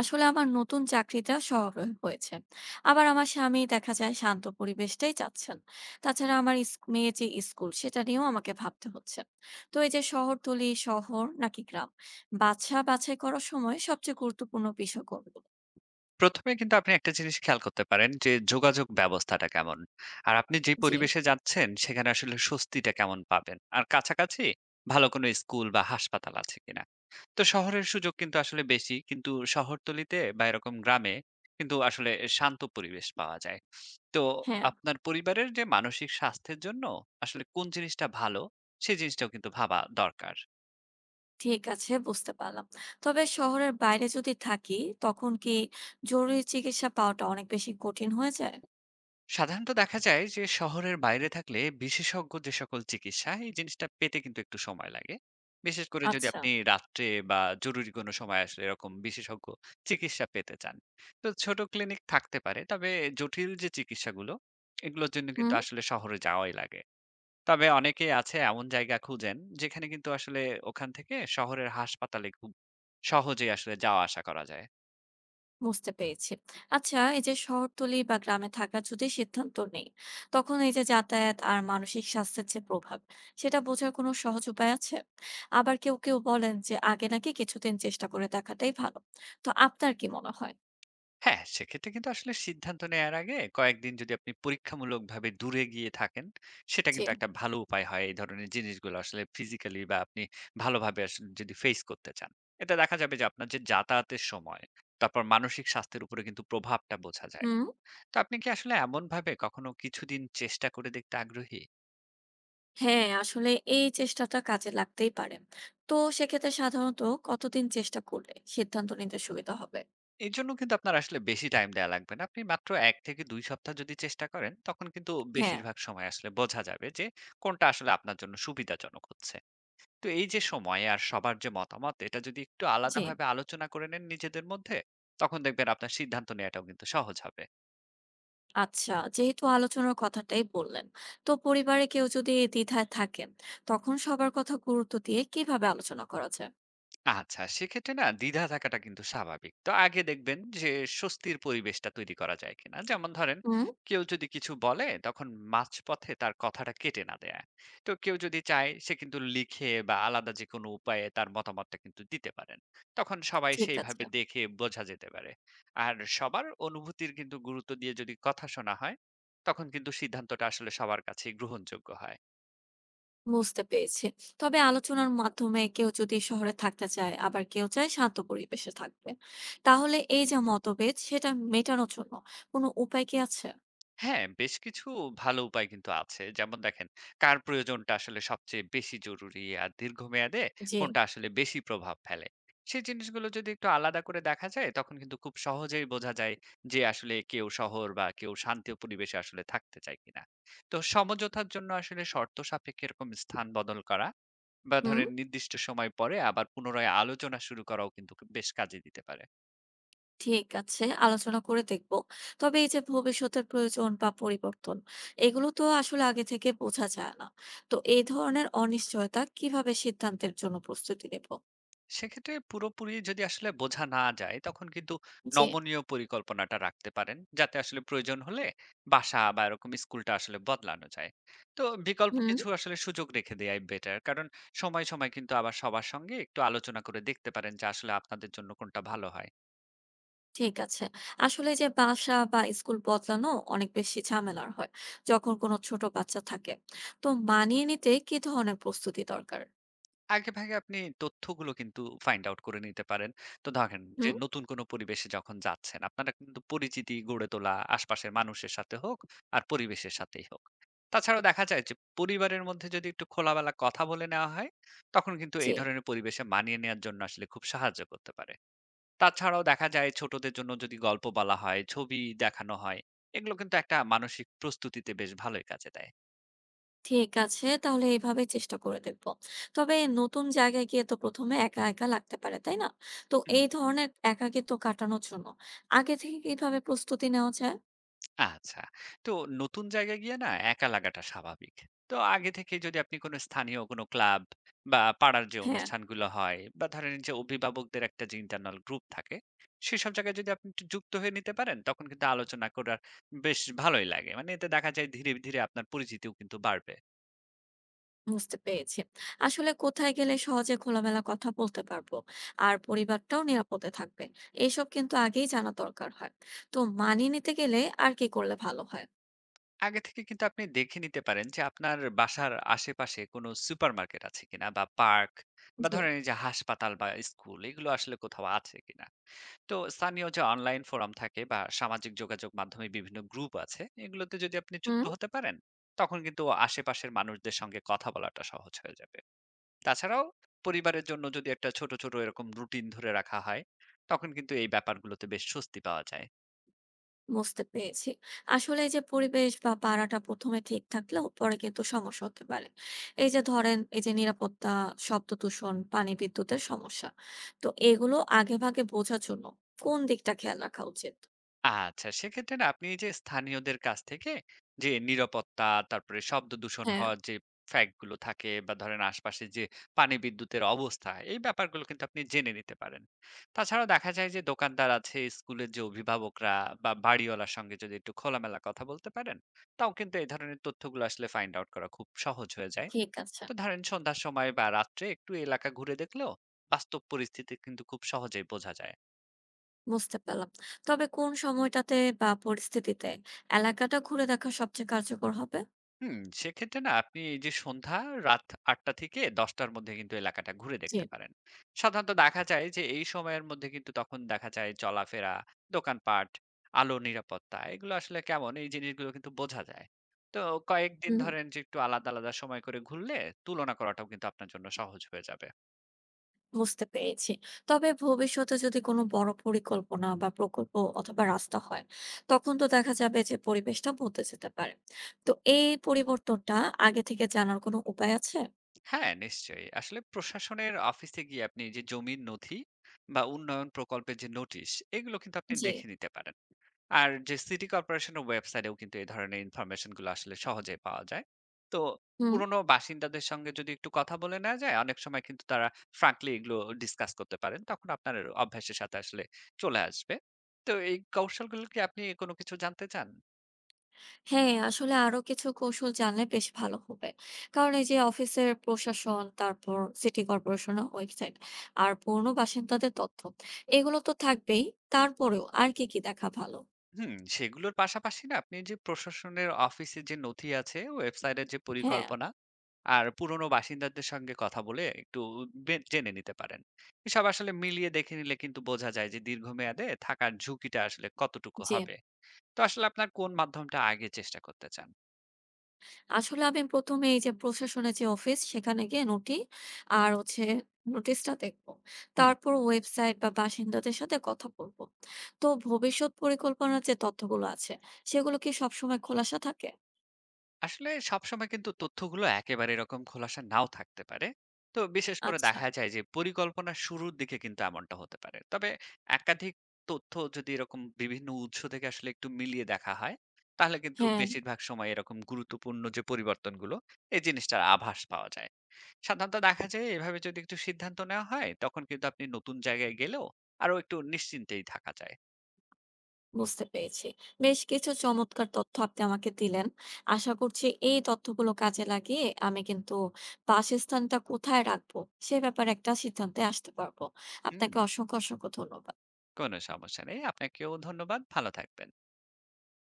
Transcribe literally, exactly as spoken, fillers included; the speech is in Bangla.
আসলে আমার নতুন চাকরিটা শহরে হয়েছে। আবার আমার স্বামী দেখা যায় শান্ত পরিবেশটাই চাচ্ছেন। তাছাড়া আমার ইস- মেয়ে যে স্কুল সেটা নিয়েও আমাকে ভাবতে হচ্ছে। তো এই যে শহরতলি শহর নাকি গ্রাম বাছা বাছাই করার সময় সবচেয়ে গুরুত্বপূর্ণ বিষয় কোনগুলো? প্রথমে কিন্তু আপনি একটা জিনিস খেয়াল করতে পারেন যে যোগাযোগ ব্যবস্থাটা কেমন আর আপনি যে জি। পরিবেশে যাচ্ছেন সেখানে আসলে স্বস্তিটা কেমন পাবেন আর কাছাকাছি ভালো কোনো স্কুল বা হাসপাতাল আছে কিনা। তো শহরের সুযোগ কিন্তু আসলে বেশি কিন্তু শহরতলিতে বা এরকম গ্রামে কিন্তু আসলে শান্ত পরিবেশ পাওয়া যায়। তো হ্যাঁ। আপনার পরিবারের যে মানসিক স্বাস্থ্যের জন্য আসলে কোন জিনিসটা ভালো সেই জিনিসটাও কিন্তু ভাবা দরকার। ঠিক আছে, বুঝতে পারলাম। তবে শহরের বাইরে যদি থাকি তখন কি জরুরি চিকিৎসা পাওয়াটা অনেক বেশি কঠিন হয়ে যায়? সাধারণত দেখা যায় যে শহরের বাইরে থাকলে বিশেষজ্ঞ যে সকল চিকিৎসা এই জিনিসটা পেতে কিন্তু একটু সময় লাগে। বিশেষ করে যদি আচ্ছা। আপনি রাত্রে বা জরুরি কোনো সময় আসলে এরকম বিশেষজ্ঞ চিকিৎসা পেতে চান। তো ছোট ক্লিনিক থাকতে পারে, তবে জটিল যে চিকিৎসাগুলো এগুলোর জন্য কিন্তু হুম। আসলে শহরে যাওয়াই লাগে। তবে অনেকেই আছে এমন জায়গা খুঁজেন যেখানে কিন্তু আসলে ওখান থেকে শহরের হাসপাতালে খুব সহজেই আসলে যাওয়া আসা করা যায়। বুঝতে পেরেছি। আচ্ছা, এই যে শহরতলি বা গ্রামে থাকার যদি সিদ্ধান্ত নেই, তখন এই যে যাতায়াত আর মানসিক স্বাস্থ্যের যে প্রভাব, সেটা বোঝার কোনো সহজ উপায় আছে? আবার কেউ, কেউ বলেন যে আগে নাকি কিছুদিন চেষ্টা করে দেখাটাই ভালো। তো আপনার কি মনে হয়? হ্যাঁ, সেক্ষেত্রে কিন্তু আসলে সিদ্ধান্ত নেয়ার আগে কয়েকদিন যদি আপনি পরীক্ষামূলকভাবে দূরে গিয়ে থাকেন, সেটা জি। কিন্তু একটা ভালো উপায় হয়। এই ধরনের জিনিসগুলো আসলে ফিজিক্যালি বা আপনি ভালোভাবে আসলে যদি ফেস করতে চান। এতে দেখা যাবে যে আপনার যে যাতায়াতের সময়, তারপর মানসিক স্বাস্থ্যের উপরে কিন্তু প্রভাবটা বোঝা যায়। হুম। তো আপনি কি আসলে এমনভাবে কখনো কিছুদিন চেষ্টা করে দেখতে আগ্রহী? হ্যাঁ, আসলে এই চেষ্টাটা কাজে লাগতেই পারে। তো সেক্ষেত্রে সাধারণত কতদিন চেষ্টা করলে সিদ্ধান্ত নিতে সুবিধা হবে? এর জন্য কিন্তু আপনার আসলে বেশি টাইম দেয়া লাগবে না। আপনি মাত্র এক থেকে দুই সপ্তাহ যদি চেষ্টা করেন, তখন কিন্তু হ্যাঁ। বেশিরভাগ সময় আসলে বোঝা যাবে যে কোনটা আসলে আপনার জন্য সুবিধাজনক হচ্ছে। তো এই যে সময় আর সবার যে মতামত এটা যদি একটু জি। আলাদাভাবে আলোচনা করে নেন নিজেদের মধ্যে, তখন দেখবেন আপনার সিদ্ধান্ত নেওয়াটাও কিন্তু সহজ হবে। আচ্ছা, যেহেতু আলোচনার কথাটাই বললেন, তো পরিবারে কেউ যদি দ্বিধায় থাকেন তখন সবার কথা গুরুত্ব দিয়ে কিভাবে আলোচনা করা যায়? আচ্ছা, সেক্ষেত্রে না দ্বিধা থাকাটা কিন্তু স্বাভাবিক। তো আগে দেখবেন যে স্বস্তির পরিবেশটা তৈরি করা যায় কিনা। যেমন ধরেন হুম। কেউ যদি কিছু বলে তখন মাঝপথে তার কথাটা কেটে না দেয়া। তো কেউ যদি চায় সে কিন্তু লিখে বা আলাদা যে কোনো উপায়ে তার মতামতটা কিন্তু দিতে পারেন। তখন সবাই ঠিক আছে। সেইভাবে দেখে বোঝা যেতে পারে। আর সবার অনুভূতির কিন্তু গুরুত্ব দিয়ে যদি কথা শোনা হয়, তখন কিন্তু সিদ্ধান্তটা আসলে সবার কাছেই গ্রহণযোগ্য হয়। বুঝতে পেরেছি। তবে আলোচনার মাধ্যমে কেউ যদি শহরে থাকতে চায়, আবার কেউ চায় শান্ত পরিবেশে থাকবে, তাহলে এই যে মতভেদ সেটা মেটানোর জন্য কোনো উপায় কি আছে? হ্যাঁ, বেশ কিছু ভালো উপায় কিন্তু আছে। যেমন দেখেন, কার প্রয়োজনটা আসলে সবচেয়ে বেশি জরুরি আর দীর্ঘমেয়াদে জি। কোনটা আসলে বেশি প্রভাব ফেলে। সেই জিনিসগুলো যদি একটু আলাদা করে দেখা যায়, তখন কিন্তু খুব সহজেই বোঝা যায় যে আসলে কেউ শহর বা কেউ শান্তি পরিবেশে আসলে থাকতে চায় কিনা। তো সমঝোতার জন্য আসলে শর্ত সাপেক্ষে এরকম স্থান বদল করা বা হুম। ধরেন নির্দিষ্ট সময় পরে আবার পুনরায় আলোচনা শুরু করাও কিন্তু বেশ কাজে দিতে পারে। ঠিক আছে, আলোচনা করে দেখব। তবে এই যে ভবিষ্যতের প্রয়োজন বা পরিবর্তন, এগুলো তো আসলে আগে থেকে বোঝা যায় না। তো এই ধরনের অনিশ্চয়তা কিভাবে সিদ্ধান্তের জন্য প্রস্তুতি নেব? সেক্ষেত্রে পুরোপুরি যদি আসলে বোঝা না যায় তখন কিন্তু যে। নমনীয় পরিকল্পনাটা রাখতে পারেন যাতে আসলে প্রয়োজন হলে বাসা বা এরকম স্কুলটা আসলে বদলানো যায়। তো বিকল্প হুম। কিছু আসলে সুযোগ রেখে দেয়াই বেটার, কারণ সময় সময় কিন্তু আবার সবার সঙ্গে একটু আলোচনা করে দেখতে পারেন যে আসলে আপনাদের জন্য কোনটা ভালো হয়। ঠিক আছে। আসলে যে বাসা বা স্কুল বদলানো অনেক বেশি ঝামেলার হয় যখন কোনো ছোট বাচ্চা থাকে। তো মানিয়ে নিতে কি ধরনের প্রস্তুতি দরকার? আগেভাগে আপনি তথ্যগুলো কিন্তু ফাইন্ড আউট করে নিতে পারেন। তো ধরেন যে হুম। নতুন কোনো পরিবেশে যখন যাচ্ছেন, আপনারা কিন্তু পরিচিতি গড়ে তোলা আশপাশের মানুষের সাথে হোক আর পরিবেশের সাথেই হোক। তাছাড়াও দেখা যায় যে পরিবারের মধ্যে যদি একটু খোলামেলা কথা বলে নেওয়া হয়, তখন কিন্তু এই জি। ধরনের পরিবেশে মানিয়ে নেয়ার জন্য আসলে খুব সাহায্য করতে পারে। তাছাড়াও দেখা যায় ছোটদের জন্য যদি গল্প বলা হয়, ছবি দেখানো হয়, এগুলো কিন্তু একটা মানসিক প্রস্তুতিতে বেশ ভালোই কাজে দেয়। ঠিক আছে, তাহলে এইভাবে চেষ্টা করে দেখবো। তবে নতুন জায়গায় গিয়ে তো প্রথমে একা, একা লাগতে পারে, তাই না? তো হুম। এই ধরনের একাকিত্ব কাটানোর জন্য আগে থেকে কিভাবে প্রস্তুতি নেওয়া যায়? আচ্ছা। তো নতুন জায়গায় গিয়ে না একা লাগাটা স্বাভাবিক। তো আগে থেকে যদি আপনি কোনো স্থানীয় কোনো ক্লাব বা পাড়ার যে হ্যাঁ। অনুষ্ঠানগুলো হয় বা ধরেন যে অভিভাবকদের একটা যে ইন্টারনাল গ্রুপ থাকে, সেসব জায়গায় যদি আপনি একটু যুক্ত হয়ে নিতে পারেন তখন কিন্তু আলোচনা করার বেশ ভালোই লাগে। মানে এতে দেখা যায় ধীরে, ধীরে আপনার পরিচিতিও কিন্তু বাড়বে। বুঝতে পেরেছি। আসলে কোথায় গেলে সহজে খোলামেলা কথা বলতে পারবো আর পরিবারটাও নিরাপদে থাকবে, এইসব কিন্তু আগেই জানা দরকার হয়। তো মানিয়ে নিতে গেলে আর কি করলে ভালো হয়? আগে থেকে কিন্তু আপনি দেখে নিতে পারেন যে আপনার বাসার আশেপাশে কোনো সুপারমার্কেট আছে কিনা বা পার্ক বা জি। ধরেন এই যে হাসপাতাল বা স্কুল এগুলো আসলে কোথাও আছে কিনা। তো স্থানীয় যে অনলাইন ফোরাম থাকে বা সামাজিক যোগাযোগ মাধ্যমে বিভিন্ন গ্রুপ আছে এগুলোতে যদি আপনি যুক্ত হুম। হতে পারেন তখন কিন্তু আশেপাশের মানুষদের সঙ্গে কথা বলাটা সহজ হয়ে যাবে। তাছাড়াও পরিবারের জন্য যদি একটা ছোট ছোট এরকম রুটিন ধরে রাখা হয় তখন কিন্তু এই ব্যাপারগুলোতে বেশ স্বস্তি পাওয়া যায়। বুঝতে পেরেছি। আসলে এই যে পরিবেশ বা পাড়াটা প্রথমে ঠিক থাকলেও পরে কিন্তু সমস্যা হতে পারে। এই যে ধরেন এই যে নিরাপত্তা, শব্দ দূষণ, পানি বিদ্যুতের সমস্যা। তো এগুলো আগেভাগে বোঝার জন্য কোন দিকটা খেয়াল রাখা উচিত? আচ্ছা সেক্ষেত্রে না আপনি এই যে স্থানীয়দের কাছ থেকে যে নিরাপত্তা, তারপরে শব্দ দূষণ হ্যাঁ। হওয়ার যে ফ্যাক্ট গুলো থাকে বা ধরেন আশপাশে যে পানি বিদ্যুতের অবস্থা এই ব্যাপারগুলো কিন্তু আপনি জেনে নিতে পারেন। তাছাড়া দেখা যায় যে দোকানদার আছে, স্কুলের যে অভিভাবকরা বা বাড়িওয়ালার সঙ্গে যদি একটু খোলামেলা কথা বলতে পারেন, তাও কিন্তু এই ধরনের তথ্যগুলো আসলে ফাইন্ড আউট করা খুব সহজ হয়ে যায়। ঠিক আছে। তো ধরেন সন্ধ্যার সময় বা রাত্রে একটু এলাকা ঘুরে দেখলেও বাস্তব পরিস্থিতি কিন্তু খুব সহজেই বোঝা যায়। বুঝতে পারলাম। তবে কোন সময়টাতে বা পরিস্থিতিতে এলাকাটা ঘুরে দেখা সবচেয়ে কার্যকর হবে? হুম, সেক্ষেত্রে না আপনি এই যে সন্ধ্যা, রাত আটটা থেকে দশটার মধ্যে কিন্তু এলাকাটা ঘুরে জি। দেখতে পারেন। সাধারণত দেখা যায় যে এই সময়ের মধ্যে কিন্তু তখন দেখা যায় চলাফেরা, দোকানপাট, আলো, নিরাপত্তা এগুলো আসলে কেমন এই জিনিসগুলো কিন্তু বোঝা যায়। তো কয়েকদিন হুম। ধরেন যে একটু আলাদা, আলাদা সময় করে ঘুরলে তুলনা করাটাও কিন্তু আপনার জন্য সহজ হয়ে যাবে। বুঝতে পেরেছি। তবে ভবিষ্যতে যদি কোনো বড় পরিকল্পনা বা প্রকল্প অথবা রাস্তা হয়, তখন তো দেখা যাবে যে পরিবেশটা বদলে যেতে পারে। তো এই পরিবর্তনটা আগে থেকে জানার কোনো উপায় আছে? হ্যাঁ, নিশ্চয়ই। আসলে প্রশাসনের অফিসে গিয়ে আপনি যে জমির নথি বা উন্নয়ন প্রকল্পের যে নোটিশ, এগুলো কিন্তু আপনি জি। দেখে নিতে পারেন। আর যে সিটি কর্পোরেশনের ওয়েবসাইটেও কিন্তু এই ধরনের ইনফরমেশন গুলো আসলে সহজে পাওয়া যায়। তো হুম। পুরনো বাসিন্দাদের সঙ্গে যদি একটু কথা বলে নেওয়া যায়, অনেক সময় কিন্তু তারা ফ্রাঙ্কলি এগুলো ডিসকাস করতে পারেন। তখন আপনার অভ্যাসের সাথে আসলে চলে আসবে। তো এই কৌশলগুলো কি আপনি কোনো কিছু জানতে চান? হ্যাঁ, আসলে আরো কিছু কৌশল জানলে বেশ ভালো হবে। কারণ এই যে অফিসের প্রশাসন, তারপর সিটি কর্পোরেশনের ওয়েবসাইট আর পুরনো বাসিন্দাদের তথ্য, এগুলো তো থাকবেই। তারপরেও আর কি, কি দেখা ভালো? হুম, সেগুলোর পাশাপাশি না আপনি যে প্রশাসনের অফিসে যে নথি আছে, ওয়েবসাইটের যে হ্যাঁ। পরিকল্পনা আর পুরনো বাসিন্দাদের সঙ্গে কথা বলে একটু বে জেনে নিতে পারেন। এসব আসলে মিলিয়ে দেখে নিলে কিন্তু বোঝা যায় যে দীর্ঘমেয়াদে থাকার ঝুঁকিটা আসলে কতটুকু জি। হবে। তো আসলে আপনার কোন মাধ্যমটা আগে চেষ্টা করতে চান? আসলে আমি প্রথমে এই যে প্রশাসনের যে অফিস সেখানে গিয়ে নোটি আর হচ্ছে নোটিশটা দেখব। তারপর ওয়েবসাইট বা বাসিন্দাদের সাথে কথা বলব। তো ভবিষ্যৎ পরিকল্পনার যে তথ্যগুলো আছে সেগুলো কি সবসময় খোলাসা থাকে? আসলে সবসময় কিন্তু তথ্যগুলো একেবারে এরকম খোলাসা নাও থাকতে পারে। তো বিশেষ করে আচ্ছা। দেখা যায় যে পরিকল্পনা শুরুর দিকে কিন্তু এমনটা হতে পারে, তবে একাধিক তথ্য যদি এরকম বিভিন্ন উৎস থেকে আসলে একটু মিলিয়ে দেখা হয় তাহলে কিন্তু হ্যাঁ। বেশিরভাগ সময় এরকম গুরুত্বপূর্ণ যে পরিবর্তনগুলো এই জিনিসটার আভাস পাওয়া যায়। সাধারণত দেখা যায় এভাবে যদি একটু সিদ্ধান্ত নেওয়া হয় তখন কিন্তু আপনি নতুন জায়গায় গেলেও আরো একটু নিশ্চিন্তেই থাকা যায়। বুঝতে পেরেছি। বেশ কিছু চমৎকার তথ্য আপনি আমাকে দিলেন। আশা করছি এই তথ্যগুলো কাজে লাগিয়ে আমি কিন্তু বাসস্থানটা কোথায় রাখবো সে ব্যাপারে একটা সিদ্ধান্তে আসতে পারবো। হুম। আপনাকে অসংখ্য, অসংখ্য ধন্যবাদ। কোনো সমস্যা নেই, আপনাকেও ধন্যবাদ। ভালো থাকবেন।